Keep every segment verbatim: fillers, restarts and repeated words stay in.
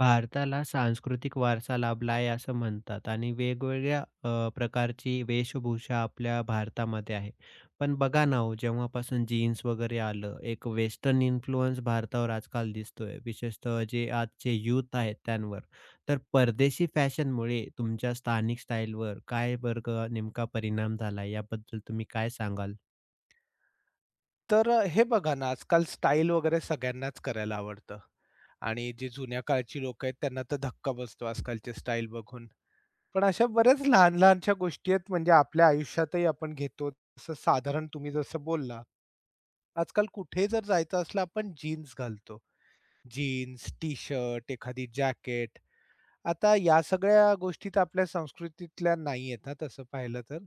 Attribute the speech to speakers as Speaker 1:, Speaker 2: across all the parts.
Speaker 1: भारताला सांस्कृतिक वारसा लाभला आहे असं म्हणतात आणि वेगवेगळ्या अ, प्रकारची वेशभूषा आपल्या भारतामध्ये आहे. पण बघा ना हो, जेव्हापासून जीन्स वगैरे आलं, एक वेस्टर्न इन्फ्लुअन्स भारतावर आजकाल दिसतोय, विशेषतः जे आजचे यूथ आहेत त्यांवर. तर परदेशी फॅशनमुळे तुमच्या स्थानिक स्टाईलवर काय बरं नेमका परिणाम झाला याबद्दल तुम्ही काय सांगाल?
Speaker 2: तर अ, हे बघा ना, आजकाल स्टाईल वगैरे सगळ्यांनाच करायला आवडतं आणि जी जुन्या काळची लोक आहेत त्यांना तर धक्का बसतो आजकालची स्टाईल बघून. पण अशा बऱ्याच लहान-लहानशा गोष्टी आहेत म्हणजे आपल्या आयुष्यातही आपण घेतो. जसं साधारण तुम्ही जसं बोलला, आजकाल कुठेही जर जायचं असलं आपण जीन्स घालतो. जीन्स, टी-शर्ट, एखादी जॅकेट. आता या सगळ्या गोष्टी तर आपल्या संस्कृतीतल्या नाही आहेत हां, तसं पाहिलं तर.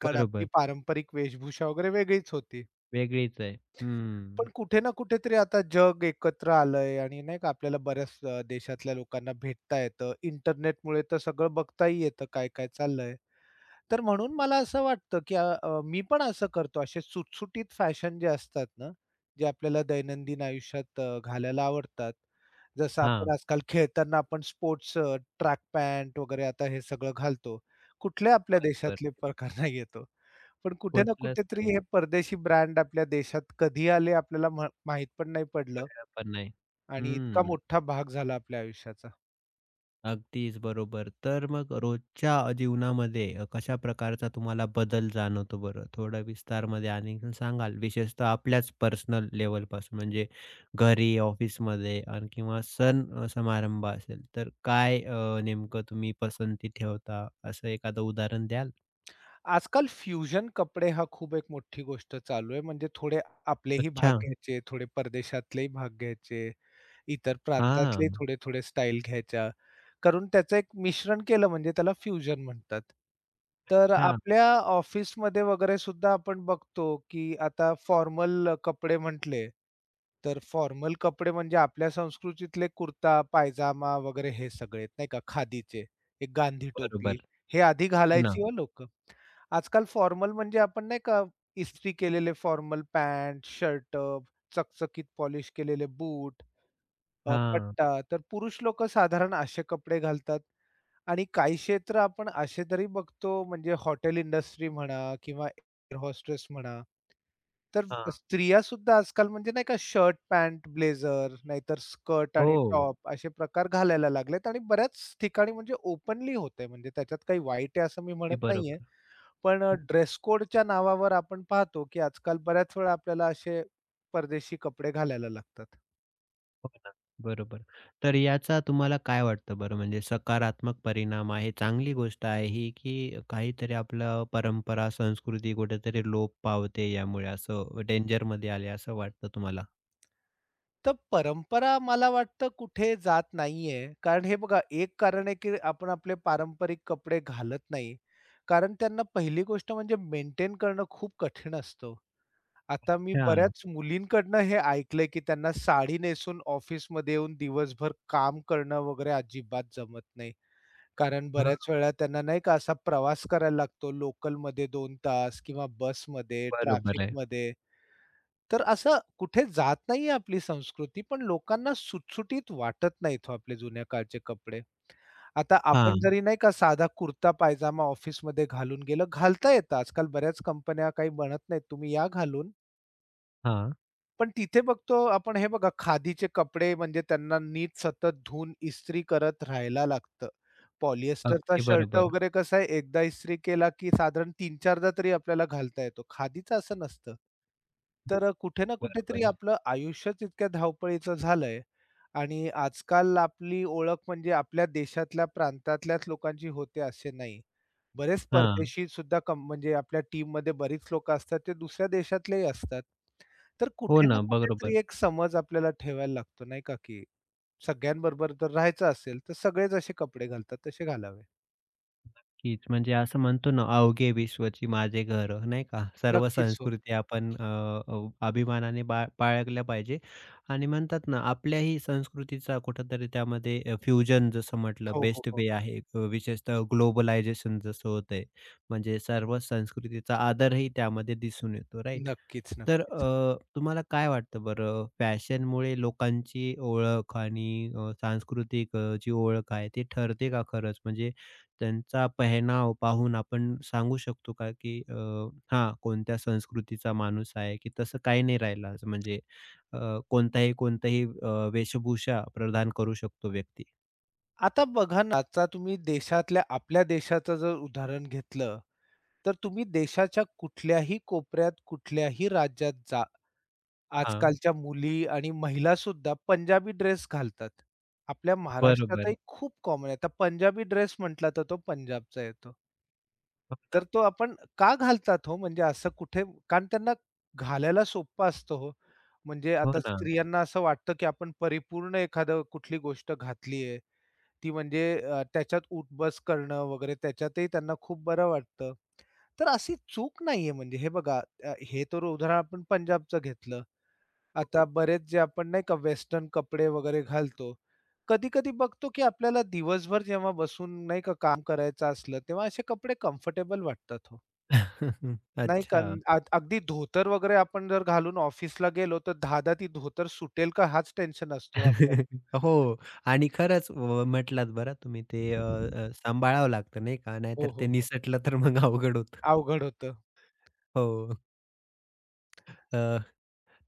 Speaker 2: कारण आपली
Speaker 1: बरोबर,
Speaker 2: पारंपरिक वेशभूषा वगैरे वेगळीच होती.
Speaker 1: वेगळीच आहे. हम्म.
Speaker 2: पण कुठे ना कुठेतरी आता जग एकत्र आलंय आणि नाही का आपल्याला बऱ्याच अ, देशातल्या लोकांना भेटता येतं. इंटरनेटमुळे तर सगळं बघताही येतं काय-काय चाललंय. तर म्हणून मला असं वाटतं, की अ, अ, मी पण असं करतो. असे सुटसुटीत फॅशन जे असतात ना, जे आपल्याला दैनंदिन आयुष्यात अ, घालायला आवडतात. जसं आपण
Speaker 1: हां,
Speaker 2: आजकाल खेळताना आपण स्पोर्ट्स ट्रॅक पॅन्ट वगैरे आता हे सगळं घालतो. कुठल्या आपल्या
Speaker 1: बरोबर.
Speaker 2: देशातले प्रकार नाही येतो. पण कुठे ना
Speaker 1: पोचलंच
Speaker 2: कुठेतरी
Speaker 1: नाही,
Speaker 2: हे परदेशी ब्रँड आपल्या देशात कधी आले आपल्याला म्ह माहीत पण नाही पडलं
Speaker 1: कळलं पण नाही.
Speaker 2: आणि इतका
Speaker 1: हम्म.
Speaker 2: मोठा भाग झाला आपल्या आयुष्याचा.
Speaker 1: अगदीच बरोबर. तर मग रोजच्या अ, जीवनामध्ये अ, कशा प्रकारचा तुम्हाला बदल जाणवतो बरं? थोडं विस्तारमध्ये आणखीन सांगाल? विशेषतः आपल्याच पर्सनल लेव्हलपासून म्हणजे घरी, ऑफिसमध्ये आणि किंवा सण अ, समारंभ असेल तर काय अ, नेमकं तुम्ही पसंती ठेवता? असं एखादं उदाहरण द्याल?
Speaker 2: आजकाल फ्युजन कपडे हा खूप एक मोठी गोष्ट चालू आहे. म्हणजे थोडे आपलेही भाग
Speaker 1: अच्छा.
Speaker 2: घ्यायचे, थोडे परदेशातलेही भाग घ्यायचे, इतर प्रांतातलेही
Speaker 1: हां.
Speaker 2: थोडे-थोडे स्टाईल घ्यायच्या. करून त्याचं एक मिश्रण केलं म्हणजे त्याला फ्युजन म्हणतात. तर
Speaker 1: अच्छा.
Speaker 2: आपल्या ऑफिसमध्ये वगैरे सुद्धा आपण बघतो, की आता फॉर्मल कपडे म्हटले, तर फॉर्मल कपडे म्हणजे आपल्या संस्कृतीतले कुर्ता, पायजामा वगैरे हे सगळे, नाही का, खादीचे, एक गांधी टोपी,
Speaker 1: बरोबर.
Speaker 2: हे आधी
Speaker 1: हो ना.
Speaker 2: घालायची हो लोकं. आजकाल फॉर्मल म्हणजे आपण नाही का इस्त्री केलेले फॉर्मल पॅन्ट, शर्ट, चकचकीत पॉलिश केलेले बूट, अ,
Speaker 1: हां,
Speaker 2: पट्टा. तर पुरुष लोक साधारण असे कपडे घालतात आणि काही क्षेत्र आपण असे तरी बघतो म्हणजे हॉटेल इंडस्ट्री म्हणा किंवा एअर होस्टेस म्हणा. तर
Speaker 1: हां.
Speaker 2: स्त्रिया सुद्धा आजकाल म्हणजे नाही का शर्ट, पॅन्ट, ब्लेझर नाहीतर स्कर्ट आणि
Speaker 1: हो.
Speaker 2: टॉप असे प्रकार घालायला लागलेत आणि बऱ्याच ठिकाणी म्हणजे ओपनली होतंय म्हणजे त्याच्यात काही वाईट आहे असं मी
Speaker 1: ते
Speaker 2: म्हणत नाहीये.
Speaker 1: बरोबर.
Speaker 2: पण अ, ड्रेस कोडच्या नावावर आपण पाहतो, की आजकाल बऱ्याच वेळा आपल्याला असे परदेशी कपडे घालायला लागतात.
Speaker 1: हो ना, बरोबर. तर याचा तुम्हाला काय वाटतं बरं म्हणजे सकारात्मक परिणाम आहे, चांगली गोष्ट आहे ही, की काहीतरी आपलं परंपरा, संस्कृती कुठेतरी लोप पावते यामुळे असं डेंजरमध्ये आले असं वाटतं तुम्हाला?
Speaker 2: तर परंपरा मला वाटतं कुठे जात नाहीये. कारण हे बघा एक कारण आहे, की आपण आपले पारंपरिक कपडे घालत नाही. कारण त्यांना पहिली गोष्ट म्हणजे मेंटेन करणं खूप कठीण असतं. आता मी
Speaker 1: हां,
Speaker 2: बऱ्याच मुलींकडनं हे ऐकलंय, की त्यांना साडी नेसून ऑफिसमध्ये येऊन दिवसभर काम करणं वगैरे अजिबात जमत नाही. कारण
Speaker 1: हां,
Speaker 2: बऱ्याच वेळा त्यांना नाही का असा प्रवास करायला लागतो लोकलमध्ये दोन तास किंवा बसमध्ये,
Speaker 1: बरोबर आहे.
Speaker 2: ट्रॅफिकमध्ये. तर असं कुठे जात नाहीये आपली संस्कृती, पण लोकांना सुटसुटीत वाटत नाहीत हो आपले जुन्या काळचे कपडे. आता आपण
Speaker 1: हां,
Speaker 2: जरी नाही का साधा कुर्ता पायजामा ऑफिसमध्ये घालून गेलं, घालता येतं. आजकाल बऱ्याच कंपन्या काही म्हणत नाहीत, "तुम्ही या घालून."
Speaker 1: हां.
Speaker 2: पण तिथे बघतो आपण हे बघा खादीचे कपडे म्हणजे त्यांना नीट सतत धुवून इस्त्री करत राहायला लागतं. पॉलिएस्टरचा अच्छा.
Speaker 1: अगदी
Speaker 2: शर्ट
Speaker 1: बरोबर.
Speaker 2: वगैरे कसा आहे एकदा इस्त्री केला, की साधारण तीन-चारदा तरी आपल्याला घालता येतो. खादीचं असं नसतं. तर कुठे ना कुठेतरी
Speaker 1: बरोबर आहे.
Speaker 2: आपलं आयुष्यच इतक्या धावपळीचं झालंय आणि आजकाल आपली ओळख म्हणजे आपल्या देशातल्या, प्रांतातल्याच लोकांची होते असे नाही. बरेच
Speaker 1: हां.
Speaker 2: परदेशी सुद्धा कम म्हणजे आपल्या टीममध्ये बरीच लोकं असतात, ते दुसऱ्या देशातलेही असतात. तर
Speaker 1: हो
Speaker 2: कुठे ना
Speaker 1: ना,
Speaker 2: कुठेतरी
Speaker 1: बरोबर.
Speaker 2: एक समज आपल्याला ठेवायला लागतो नाही का, की सगळ्यांबरोबर जर राहायचं असेल, तर सगळे जसे कपडे घालतात तसे घालावे.
Speaker 1: हीच म्हणजे असं म्हणतो ना, अवघे विश्वची माझे घर नाही का? सर्व
Speaker 2: नक्कीच हो.
Speaker 1: संस्कृती आपण अ, अ, अभिमानाने बा बाळगल्या पाहिजे आणि म्हणतात ना, आपल्याही संस्कृतीचा कुठेतरी त्यामध्ये अ, फ्युजन जसं म्हटलं
Speaker 2: हो, हो,
Speaker 1: बेस्ट
Speaker 2: हो.
Speaker 1: वे आहे. अ, विशेषतः ग्लोबलायझेशन जसं होतंय, म्हणजे सर्व संस्कृतीचा आदरही त्यामध्ये दिसून येतो, राइट?
Speaker 2: नक्कीच,
Speaker 1: तर
Speaker 2: नक्कीच.
Speaker 1: अ, तुम्हाला काय वाटतं बरं, फॅशनमुळे लोकांची ओळख आणि अ, सांस्कृतिक अ, जी ओळख आहे ती ठरते का खरंच? म्हणजे त्यांचा पेहनाव पाहून आपण सांगू शकतो का, की अ, हां, कोणत्या संस्कृतीचा माणूस आहे, की तसं काही नाही राहिलं आज म्हणजे अ, कोणताही कोणताही अ, वेशभूषा प्रदान करू शकतो व्यक्ती.
Speaker 2: आता बघा ना, आता तुम्ही देशातल्या आपल्या देशाचं जर उदाहरण घेतलं, तर तुम्ही देशाच्या कुठल्याही कोपऱ्यात, कुठल्याही राज्यात जा,
Speaker 1: हां,
Speaker 2: आजकालच्या मुली आणि महिलासुद्धा पंजाबी ड्रेस घालतात. आपल्या महाराष्ट्रातही
Speaker 1: बरोबर.
Speaker 2: खूप कॉमन आहे. आता पंजाबी ड्रेस म्हटला तर तो पंजाबचा येतो.
Speaker 1: हो ना,
Speaker 2: तर तो आपण का घालतात हो? म्हणजे असं कुठे कारण त्यांना घालायला सोप्पं असतं हो. म्हणजे
Speaker 1: हो
Speaker 2: आता
Speaker 1: ना.
Speaker 2: स्त्रियांना असं वाटतं, की आपण परिपूर्ण एखादं कुठली गोष्ट घातली आहे. ती म्हणजे अ, त्याच्यात उठ-बस करणं वगैरे त्याच्यातही त्यांना खूप बरं वाटतं. तर अशी चूक नाहीये म्हणजे हे बघा अ, हे तर उदाहरण आपण पंजाबचं घेतलं. आता बरेच जे आपण नाही का वेस्टर्न कपडे वगैरे घालतो. कधी-कधी बघतो, की आपल्याला दिवसभर जेव्हा बसून नाही का काम करायचं असलं, तेव्हा असे कपडे कम्फर्टेबल वाटतात हो. नाही का
Speaker 1: अच्छा.
Speaker 2: अग अगदी धोतर वगैरे आपण जर घालून ऑफिसला गेलो, तर धादा ती धोतर सुटेल का हाच टेन्शन असतो आपल्याला.
Speaker 1: हो आणि खरंच अ, म्हटलात बरं तुम्ही ते अ, अ, सांभाळावं लागतं नाही का,
Speaker 2: हो,
Speaker 1: नाहीतर ते
Speaker 2: हो, हो.
Speaker 1: निसटलं तर मग अवघड होतं.
Speaker 2: अवघड होतं.
Speaker 1: हो. अ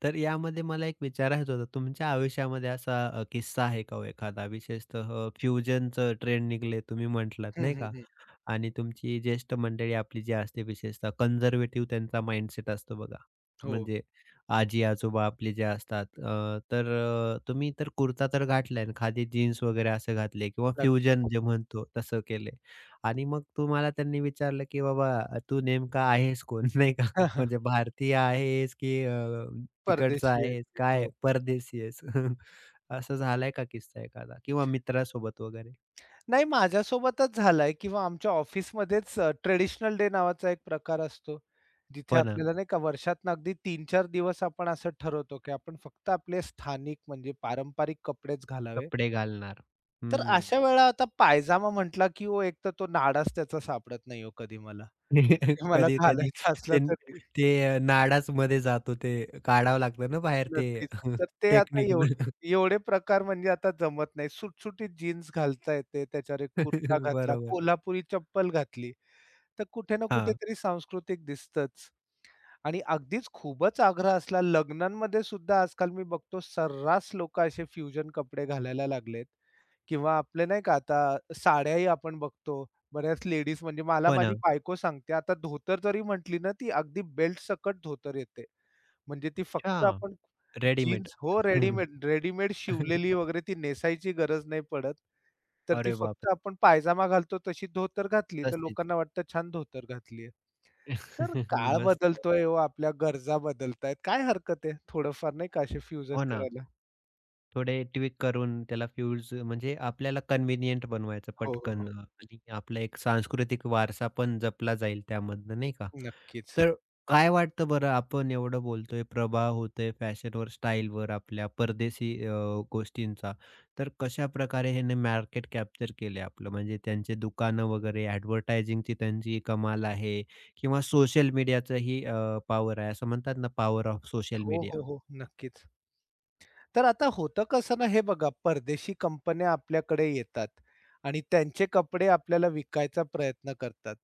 Speaker 1: तर यामध्ये मला एक विचारायचं होतं, तुमच्या आयुष्यामध्ये असा अ, किस्सा आहे का हो एखादा विशेषतः फ्युजनचं ट्रेंड निघले तुम्ही म्हटलात
Speaker 2: हं,
Speaker 1: नाही
Speaker 2: हं,
Speaker 1: का?
Speaker 2: हं.
Speaker 1: आणि तुमची ज्येष्ठ मंडळी आपली जी असते विशेषतः कन्झर्वेटिव्ह त्यांचा माइंडसेट असतो बघा.
Speaker 2: हो,
Speaker 1: म्हणजे आजी-आजोबा आपले जे असतात अ, तर अ, तुम्ही तर कुर्ता तर घातलाय आणि खादी जीन्स वगैरे असं घातले किंवा फ्युजन
Speaker 2: नक्कीच.
Speaker 1: जे म्हणतो तसं केलंय आणि मग तुम्हाला त्यांनी विचारलं, की "बाबा तू नेमका आहेस कोण?" नाही का? म्हणजे भारतीय आहेस की अ, तिकडचा
Speaker 2: परदेशी आहे
Speaker 1: आहेस?
Speaker 2: ती.
Speaker 1: काय
Speaker 2: हो.
Speaker 1: परदेशी आहेस? असं झालाय का किस्सा एखादा? किंवा मित्रासोबत वगैरे?
Speaker 2: नाही माझ्यासोबतच झालाय किंवा आमच्या ऑफिसमध्येच ट्रेडिशनल डे नावाचा एक प्रकार असतो. जिथे
Speaker 1: हो ना,
Speaker 2: आपल्याला नाही का वर्षातनं अगदी तीन ते चार दिवस आपण असं ठरवतो, की आपण फक्त आपले स्थानिक म्हणजे पारंपरिक कपडेच घालावे.
Speaker 1: कपडे घालणार.
Speaker 2: तर
Speaker 1: हं.
Speaker 2: अशा वेळा आता पायजामा म्हटला, की हो एक तर तो नाडाच त्याचा सापडत नाही हो कधी मला. म्हणजे मला
Speaker 1: कधी-कधी
Speaker 2: घालायचा असला
Speaker 1: ते
Speaker 2: तरी
Speaker 1: ते नाडाच मध्ये जातो ते काढावं लागतं ना बाहेर ते
Speaker 2: नक्कीच. तर ते आता एव
Speaker 1: टेक्निकनं.
Speaker 2: एवढे प्रकार म्हणजे आता जमत नाही. सुटसुटीत जीन्स घालता येते, त्याच्यावर एक कुर्ता घातला,
Speaker 1: बरोबर.
Speaker 2: कोल्हापुरी चप्पल घातली, तर कुठे ना
Speaker 1: हां.
Speaker 2: कुठेतरी सांस्कृतिक दिसतंच. आणि अगदीच खूपच आग्रह असला लग्नांमध्ये सुद्धा आजकाल मी बघतो सर्रास लोकं असे फ्युजन कपडे घालायला लागलेत किंवा आपले नाही का आता साड्याही आपण बघतो. बऱ्याच लेडीज म्हणजे मला
Speaker 1: हो
Speaker 2: माझी
Speaker 1: ना.
Speaker 2: बायको सांगते, "आता धोतर जरी म्हटली ना, ती अगदी बेल्ट सकट धोतर येते." म्हणजे ती फक्त
Speaker 1: हां.
Speaker 2: आपण
Speaker 1: रेडीमेड.
Speaker 2: जीन्स हो, रेडीमेड रेडीमेड शिवलेली वगैरे ती नेसायची गरज नाही पडत. तर ती
Speaker 1: अरे
Speaker 2: फक्त
Speaker 1: बापरे!
Speaker 2: आपण पायजामा घालतो तशी धोतर घातली, तर
Speaker 1: तशीच.
Speaker 2: लोकांना वाटतं छान धोतर घातलीये. तर काळ
Speaker 1: मस्त.
Speaker 2: बदलतोय हो, आपल्या गरजा बदलतायत. काय हरकत आहे थोडंफार नाही का असे फ्युजन
Speaker 1: हो ना.
Speaker 2: करायला?
Speaker 1: थोडे ट्विक करून त्याला फ्यूज म्हणजे आपल्याला कन्व्हिनियंट बनवायचं
Speaker 2: हो, हो,
Speaker 1: पटकन
Speaker 2: हो.
Speaker 1: आणि आपला एक सांस्कृतिक वारसा पण जपला जाईल त्यामधनं नाही का?
Speaker 2: नक्कीच.
Speaker 1: तर काय वाटतं बरं आपण एवढं बोलतोय, प्रभाव होतोय फॅशनवर, स्टाईलवर आपल्या परदेशी अ, गोष्टींचा. तर कशाप्रकारे ह्याने मार्केट कॅप्चर केले आपलं? म्हणजे त्यांचे दुकानं वगैरे, ॲडव्हर्टायझिंगची त्यांची कमाल आहे किंवा सोशल मीडियाचंही अ, पॉवर आहे. असं म्हणतात ना, पॉवर ऑफ सोशल
Speaker 2: हो,
Speaker 1: मीडिया.
Speaker 2: हो, हो. नक्कीच. तर आता होतं कसं ना, हे बघा परदेशी कंपन्या आपल्याकडे येतात आणि त्यांचे कपडे आपल्याला विकायचा प्रयत्न करतात.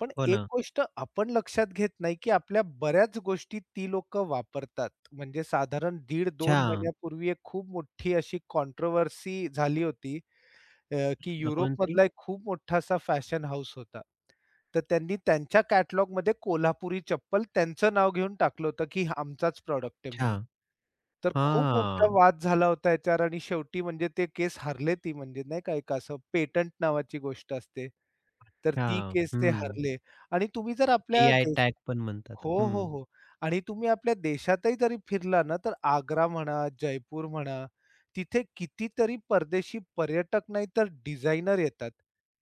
Speaker 2: पण
Speaker 1: हो
Speaker 2: एक
Speaker 1: ना.
Speaker 2: गोष्ट आपण लक्षात घेत नाही, की आपल्या बऱ्याच गोष्टी ती लोकं वापरतात. म्हणजे साधारण
Speaker 1: अच्छा,
Speaker 2: दीड-दोन महिन्यापूर्वी एक खूप मोठी अशी कॉन्ट्रोव्हर्सी झाली होती अ, की
Speaker 1: अच्छा. कोणती?
Speaker 2: युरोपमधला एक खूप मोठा असा फॅशन हाऊस होता. तर त्यांनी त्यांच्या कॅटलॉगमध्ये कोल्हापुरी चप्पल त्यांचं नाव घेऊन टाकलं होतं, की हा आमचाच प्रॉडक्ट आहे
Speaker 1: अच्छा.
Speaker 2: म्हणून. तर खूप मोठा
Speaker 1: हां.
Speaker 2: वाद झाला होता याच्यावर आणि शेवटी म्हणजे ते केस हारले ती म्हणजे नाही का एक असं पेटंट नावाची गोष्ट असते. तर ती
Speaker 1: अच्छा.
Speaker 2: केस ते
Speaker 1: हं.
Speaker 2: हारले आणि तुम्ही जर आपल्या
Speaker 1: जी-आय
Speaker 2: देश
Speaker 1: टॅग पण म्हणतात.
Speaker 2: हो, हो,
Speaker 1: हं.
Speaker 2: हो. आणि तुम्ही आपल्या देशातही जरी फिरला ना, तर आग्रा म्हणा, जयपूर म्हणा, तिथे कितीतरी परदेशी पर्यटक नाही तर डिझायनर येतात.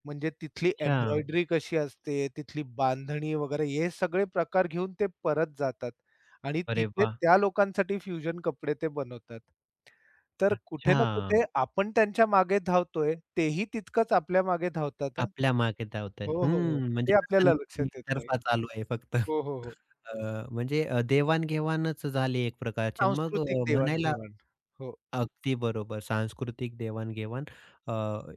Speaker 2: म्हणजे तिथली
Speaker 1: अच्छा.
Speaker 2: एम्ब्रॉयडरी कशी असते, तिथली बांधणी वगैरे हे सगळे प्रकार घेऊन ते परत जातात आणि
Speaker 1: अरे
Speaker 2: तिथे
Speaker 1: वाह!
Speaker 2: त्या लोकांसाठी फ्युजन कपडे ते बनवतात. तर कुठे ना
Speaker 1: अच्छा.
Speaker 2: कुठे आपण त्यांच्या मागे धावतोय, तेही तितकंच आपल्या मागे धावतात हां.
Speaker 1: आपल्या मागे धावतंय.
Speaker 2: हो, हो, हो.
Speaker 1: हं, म्हणजे
Speaker 2: ते
Speaker 1: असं
Speaker 2: आपल्याला
Speaker 1: नाही की
Speaker 2: लक्षात येत नाही.
Speaker 1: एकतर्फा चालू आहे फक्त.
Speaker 2: हो, हो, हो.
Speaker 1: अ, म्हणजे अ, देवाण झाली एक प्रकारची. मग
Speaker 2: सांस्कृतिक
Speaker 1: अ, म्हणायला
Speaker 2: देवाण-घेवाण. हो.
Speaker 1: अगदी बरोबर. सांस्कृतिक देवाण-घेवाण अ,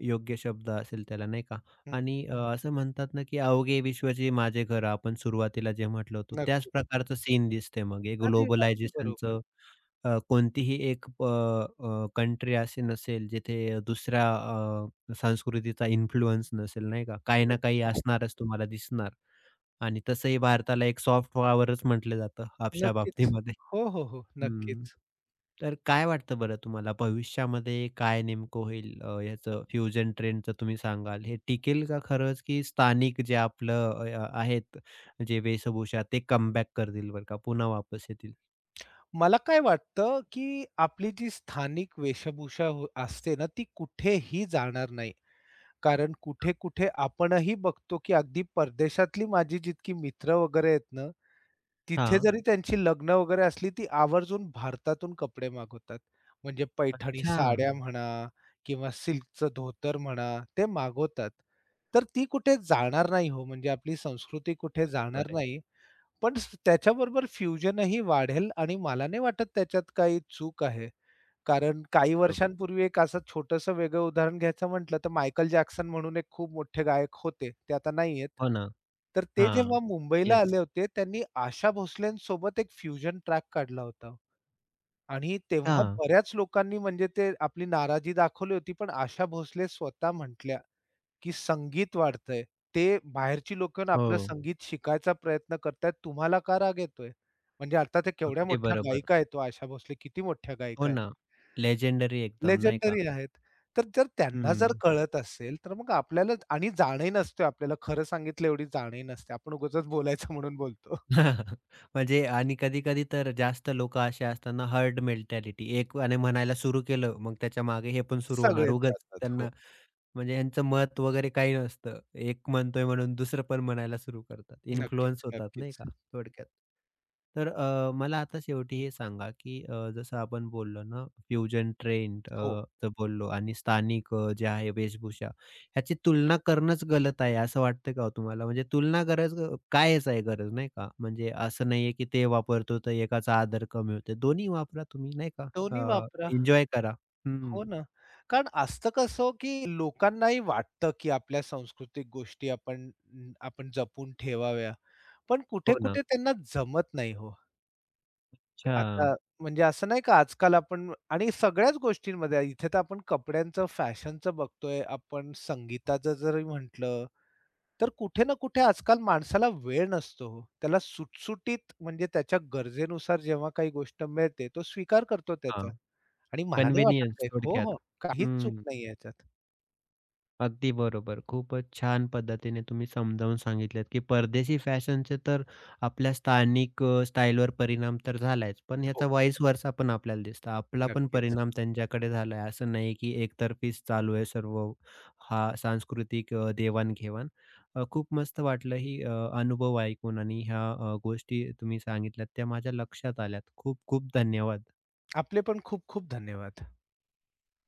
Speaker 1: योग्य शब्द असेल त्याला नाही का?
Speaker 2: हं.
Speaker 1: आणि अ, असं म्हणतात ना, की "अवघे विश्वचे माझे घर" आपण सुरुवातीला जे म्हटलं होतं त्याच
Speaker 2: नक्कीच.
Speaker 1: प्रकारचं सीन दिसते मग हे
Speaker 2: अगदी, अगदी बरोबर.
Speaker 1: ग्लोबलायझेशनचं अ, कोणतीही एक अ, कंट्री अशी नसेल जिथे दुसऱ्या अ, संस्कृतीचा इन्फ्लुअन्स नसेल नाही का? काही ना काही
Speaker 2: नक्कीच.
Speaker 1: असणारच तुम्हाला दिसणार. आणि तसंही भारताला एक सॉफ्ट पॉवरच म्हटलं जातं आपशा
Speaker 2: नक्कीच.
Speaker 1: बाबतीमध्ये.
Speaker 2: हो, हो, हो.
Speaker 1: हं.
Speaker 2: नक्कीच.
Speaker 1: तर काय वाटतं बरं तुम्हाला भविष्यामध्ये काय नेमकं होईल? अ, याचं फ्युजन ट्रेंडचं तुम्ही सांगाल, हे टिकेल का खरंच, की स्थानिक जे आपलं अ, अ, आहेत जे वेशभूषा ते कमबॅक करतील बरं का, पुन्हा वापस येतील?
Speaker 2: मला काय वाटतं, की आपली जी स्थानिक वेशभूषा हो असते ना, ती कुठेही जाणार नाही. कारण कुठे-कुठे आपणही बघतो, की अगदी परदेशातली माझी जितकी मित्र वगैरे आहेत ना तिथे
Speaker 1: हां.
Speaker 2: जरी त्यांची लग्न वगैरे असली, ती आवर्जून भारतातून कपडे मागवतात. म्हणजे पैठणी
Speaker 1: अच्छा.
Speaker 2: साड्या म्हणा किंवा सिल्कचं धोतर म्हणा, ते मागवतात. तर ती कुठे जाणार नाही हो, म्हणजे आपली संस्कृती कुठे
Speaker 1: बरोबर
Speaker 2: जाणार
Speaker 1: आहे.
Speaker 2: नाही. पण स- त्याच्याबरोबर फ्युजनही वाढेल आणि मला नाही वाटत त्याच्यात काही चूक आहे. कारण काही
Speaker 1: बरोबर.
Speaker 2: वर्षांपूर्वी एक असं छोटंसं वेगळं उदाहरण घ्यायचं म्हटलं, तर मायकल जॅक्सन म्हणून एक खूप मोठे गायक होते. ते आता नाहीयेत.
Speaker 1: हो ना.
Speaker 2: तर ते
Speaker 1: हां.
Speaker 2: जेव्हा मुंबईला
Speaker 1: येस.
Speaker 2: आले होते, त्यांनी आशा भोसलेंसोबत एक फ्युजन ट्रॅक काढला होता हो आणि तेव्हा
Speaker 1: हां.
Speaker 2: बऱ्याच लोकांनी म्हणजे ते आपली नाराजी दाखवली होती. पण आशा भोसले स्वतः म्हटल्या, की संगीत वाढतंय. ते बाहेरची लोकं येऊन आपलं
Speaker 1: हो.
Speaker 2: संगीत शिकायचा प्रयत्न करतायत. तुम्हाला का राग येतोय? म्हणजे आता ते केवढ्या
Speaker 1: अगदी
Speaker 2: मोठ्या
Speaker 1: बरोबर.
Speaker 2: गायिका आहेत ओ आशा भोसले, किती मोठ्या
Speaker 1: हो
Speaker 2: गायिका आहेत.
Speaker 1: ना. लेजेंडरी एकदम नाही का?
Speaker 2: लेजेंडरी आहेत. तर जर त्यांना जर
Speaker 1: हं.
Speaker 2: कळत असेल, तर मग आपल्याला आणि जाणही नसते आपल्याला खरं सांगितलं एवढी जाणही नसते. आपण उगाचच बोलायचं म्हणून बोलतो.
Speaker 1: म्हणजे आणि कधी-कधी तर जास्त लोकं असे असताना हर्ड मेंटॅलिटी, एकवाने म्हणायला सुरू केलं, मग त्याच्यामागे हे पण सुरू होणार.
Speaker 2: सगळेच
Speaker 1: उगाच
Speaker 2: जातात. हो,
Speaker 1: त्यांना म्हणजे ह्यांचं मत वगैरे काही नसतं. एक म्हणतोय म्हणून दुसरं पण म्हणायला सुरू करतात. इन्फ्लुअन्स
Speaker 2: नक्कीच,
Speaker 1: होतात नाही
Speaker 2: नक्कीच.
Speaker 1: का थोडक्यात. तर अ, मला आता शेवटी हे सांगा, की अ, जसं आपण बोललो ना फ्युजन ट्रेंड
Speaker 2: हो,
Speaker 1: अ, तर बोललो आणि स्थानिक अ, जे आहे वेशभूषा ह्याची तुलना करणंच गलत आहे असं वाटतं का हो तुम्हाला? म्हणजे तुलना गरज कायच आहे गरज नाही का? म्हणजे असं नाहीये, की ते वापरतो तर एकाचा आदर कमी होतो. दोन्ही वापरा तुम्ही नाही का?
Speaker 2: दोन्ही वापरा.
Speaker 1: एन्जॉय करा. हं,
Speaker 2: हो ना. कारण असतं कसं हो, की लोकांनाही वाटतं, की आपल्या सांस्कृतिक गोष्टी आपण आपण जपून ठेवाव्या. पण
Speaker 1: हो ना.
Speaker 2: कुठे-कुठे त्यांना जमत नाही हो.
Speaker 1: अच्छा.
Speaker 2: आता म्हणजे असं नाही का आजकाल आपण आणि सगळ्याच गोष्टींमध्ये इथे तर आपण कपड्यांचं, फॅशनचं बघतोय, आपण संगीताचं जरी म्हटलं, तर कुठे ना कुठे आजकाल माणसाला वेळ नसतो हो. त्याला सुटसुटीत म्हणजे त्याच्या गरजेनुसार जेव्हा काही गोष्ट मिळते, तो स्वीकार करतो
Speaker 1: हां.
Speaker 2: त्याचा आणि मला नाही वाटत
Speaker 1: कन्व्हिनियन्स
Speaker 2: काही हो,
Speaker 1: थोडक्यात.
Speaker 2: हो. काहीच चूक
Speaker 1: हं.
Speaker 2: नाहीये याच्यात.
Speaker 1: अगदी बरोबर. खूपच छान पद्धतीने तुम्ही समजावून सांगितलत, की परदेशी फॅशनचे तर आपल्या स्थानिक अ, स्टाईलवर परिणाम तर झालाच, पण याचा
Speaker 2: हो,
Speaker 1: व्हाईस वर्सा पण आपल्याला दिसतं. आपला पण
Speaker 2: नक्कीच.
Speaker 1: परिणाम त्यांच्याकडे झालाय. असं नाही की एकतर्फीच चालू आहे सर्व हा सांस्कृतिक अ, देवाण अ, खूप मस्त वाटलं ही अ, अनुभव ऐकून आणि ह्या अ, गोष्टी तुम्ही सांगितल्यात त्या माझ्या लक्षात आल्यात. खूप खूप धन्यवाद.
Speaker 2: आपले पण खूप खूप धन्यवाद.